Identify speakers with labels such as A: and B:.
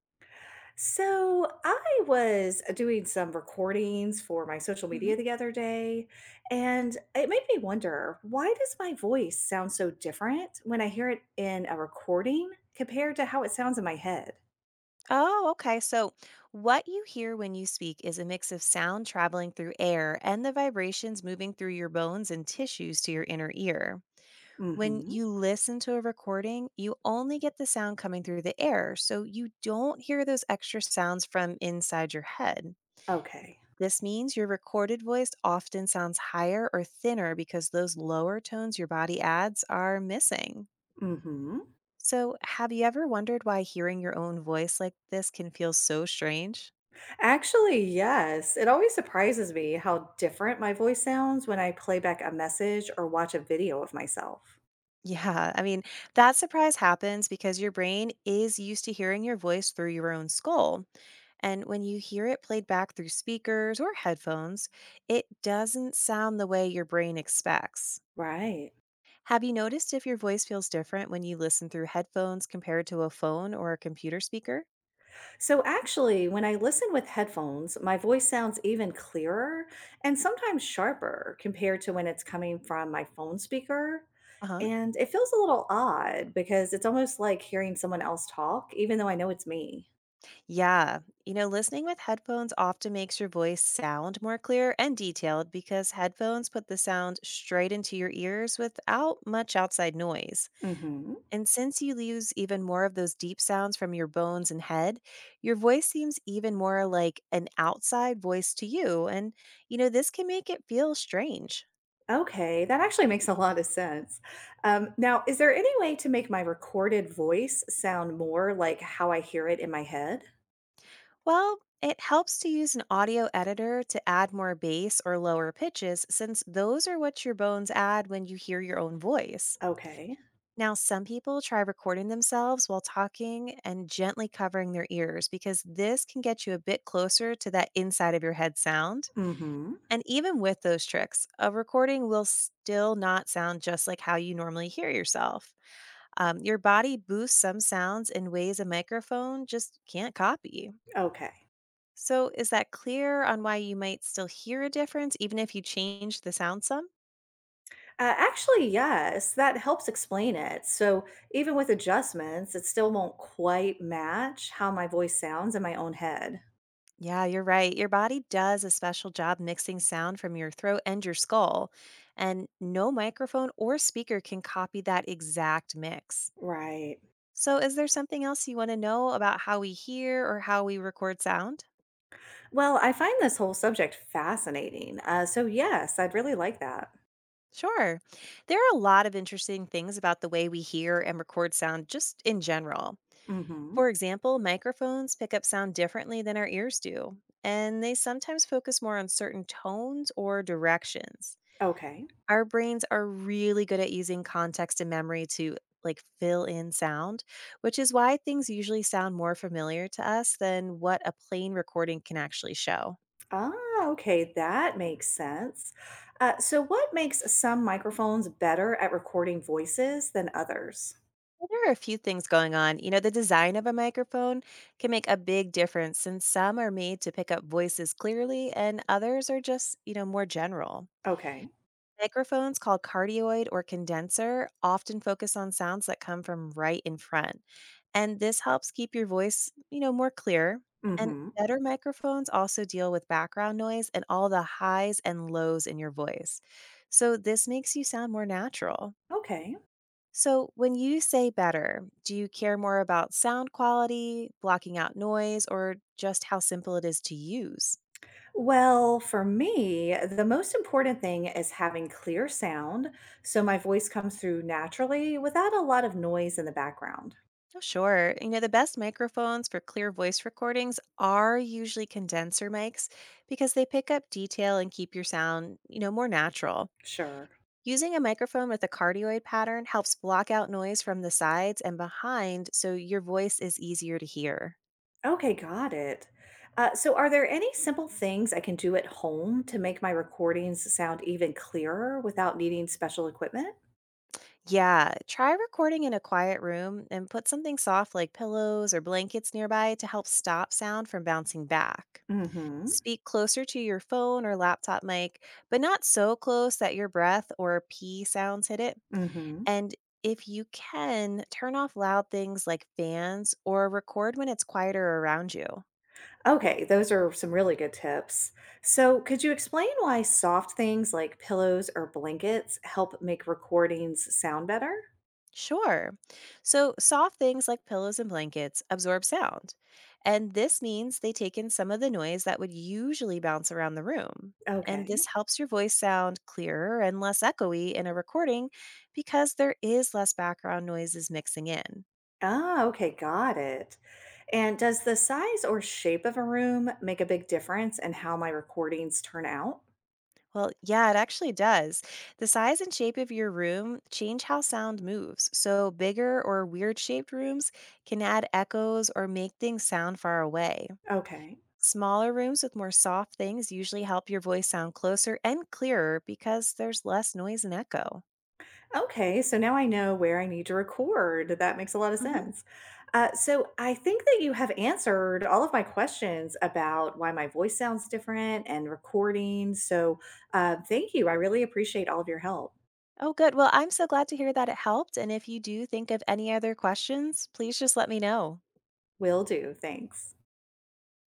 A: So I was doing some recordings for my social
B: Mhm.
A: media the other day, and it made me wonder, why does my voice sound so different when I hear it in a recording compared to how it sounds in my head?
B: Oh, okay. So, what you hear when you speak is a mix of sound traveling through air and the vibrations moving through your bones and tissues to your inner ear. When
A: Mm-hmm.
B: you listen to a recording, you only get the sound coming through the air, so you don't hear those extra sounds from inside your head.
A: Okay.
B: This means your recorded voice often sounds higher or thinner because those lower tones your body adds are missing.
A: Mm-hmm.
B: So, have you ever wondered why hearing your own voice like this can feel so strange?
A: Actually, yes. It always surprises me how different my voice sounds when I play back a message or watch a video of myself.
B: Yeah, I mean, that surprise happens because your brain is used to hearing your voice through your own skull. And when you hear it played back through speakers or headphones, it doesn't sound the way your brain expects.
A: Right.
B: Have you noticed if your voice feels different when you listen through headphones compared to a phone or a computer speaker?
A: So actually, when I listen with headphones, my voice sounds even clearer and sometimes sharper compared to when it's coming from my phone speaker.
B: Uh huh.
A: And it feels a little odd because it's almost like hearing someone else talk, even though I know it's me.
B: Yeah. You know, listening with headphones often makes your voice sound more clear and detailed because headphones put the sound straight into your ears without much outside noise.
A: hmm
B: And since you lose even more of those deep sounds from your bones and head, your voice seems even more like an outside voice to you. And, you know, this can make it feel strange.
A: Okay, that actually makes a lot of sense. Now, is there any way to make my recorded voice sound more like how I hear it in my head?
B: Well, it helps to use an audio editor to add more bass or lower pitches, since those are what your bones add when you hear your own voice.
A: Okay.
B: Now, some people try recording themselves while talking and gently covering their ears because this can get you a bit closer to that inside of your head sound.
A: hmm
B: And even with those tricks, a recording will still not sound just like how you normally hear yourself. Your body boosts some sounds in ways a microphone just can't copy.
A: Okay.
B: So, is that clear on why you might still hear a difference even if you change the sound some?
A: Actually, yes, that helps explain it. So, even with adjustments, it still won't quite match how my voice sounds in my own head.
B: Yeah, you're right. Your body does a special job mixing sound from your throat and your skull, and no microphone or speaker can copy that exact mix.
A: Right.
B: So, is there something else you want to know about how we hear or how we record sound?
A: Well, I find this whole subject fascinating. So, yes, I'd really like that.
B: Sure. There are a lot of interesting things about the way we hear and record sound just in general.
A: hmm.
B: For example, microphones pick up sound differently than our ears do, and they sometimes focus more on certain tones or directions.
A: Okay.
B: Our brains are really good at using context and memory to like fill in sound, which is why things usually sound more familiar to us than what a plain recording can actually show.
A: Ah, okay. That makes sense. So, what makes some microphones better at recording voices than others?
B: Well, there are a few things going on. You know, the design of a microphone can make a big difference since some are made to pick up voices clearly and others are just, you know, more general.
A: Okay.
B: Microphones called cardioid or condenser often focus on sounds that come from right in front. And this helps keep your voice, you know, more clear. And
A: hmm.
B: better microphones also deal with background noise and all the highs and lows in your voice. So this makes you sound more natural.
A: Okay.
B: So, when you say better, do you care more about sound quality, blocking out noise, or just how simple it is to use?
A: Well, for me, the most important thing is having clear sound so my voice comes through naturally without a lot of noise in the background.
B: Oh, sure. You know, the best microphones for clear voice recordings are usually condenser mics because they pick up detail and keep your sound, you know, more natural.
A: Sure.
B: Using a microphone with a cardioid pattern helps block out noise from the sides and behind so your voice is easier to hear.
A: Okay, got it. So, are there any simple things I can do at home to make my recordings sound even clearer without needing special equipment?
B: Yeah, try recording in a quiet room and put something soft like pillows or blankets nearby to help stop sound from bouncing back.
A: Mm hmm.
B: Speak closer to your phone or laptop mic, but not so close that your breath or pee sounds hit it.
A: Mm hmm.
B: And if you can, turn off loud things like fans or record when it's quieter around you.
A: Okay, those are some really good tips. So, could you explain why soft things like pillows or blankets help make recordings sound better?
B: Sure. So, soft things like pillows and blankets absorb sound, and this means they take in some of the noise that would usually bounce around the room. And
A: Okay.
B: this helps your voice sound clearer and less echoey in a recording because there is less background noises mixing in.
A: Ah, okay, got it. And does the size or shape of a room make a big difference in how my recordings turn out?
B: Well, yeah, it actually does. The size and shape of your room change how sound moves. So, bigger or weird shaped rooms can add echoes or make things sound far away.
A: Okay.
B: Smaller rooms with more soft things usually help your voice sound closer and clearer because there's less noise and echo.
A: Okay, so now I know where I need to record. That makes a lot of
B: Hmm.
A: sense. So I think that you have answered all of my questions about why my voice sounds different and recording. So thank you. I really appreciate all of your help.
B: Oh, good. Well, I'm so glad to hear that it helped. And if you do think of any other questions, please just let me know.
A: Will do. Thanks.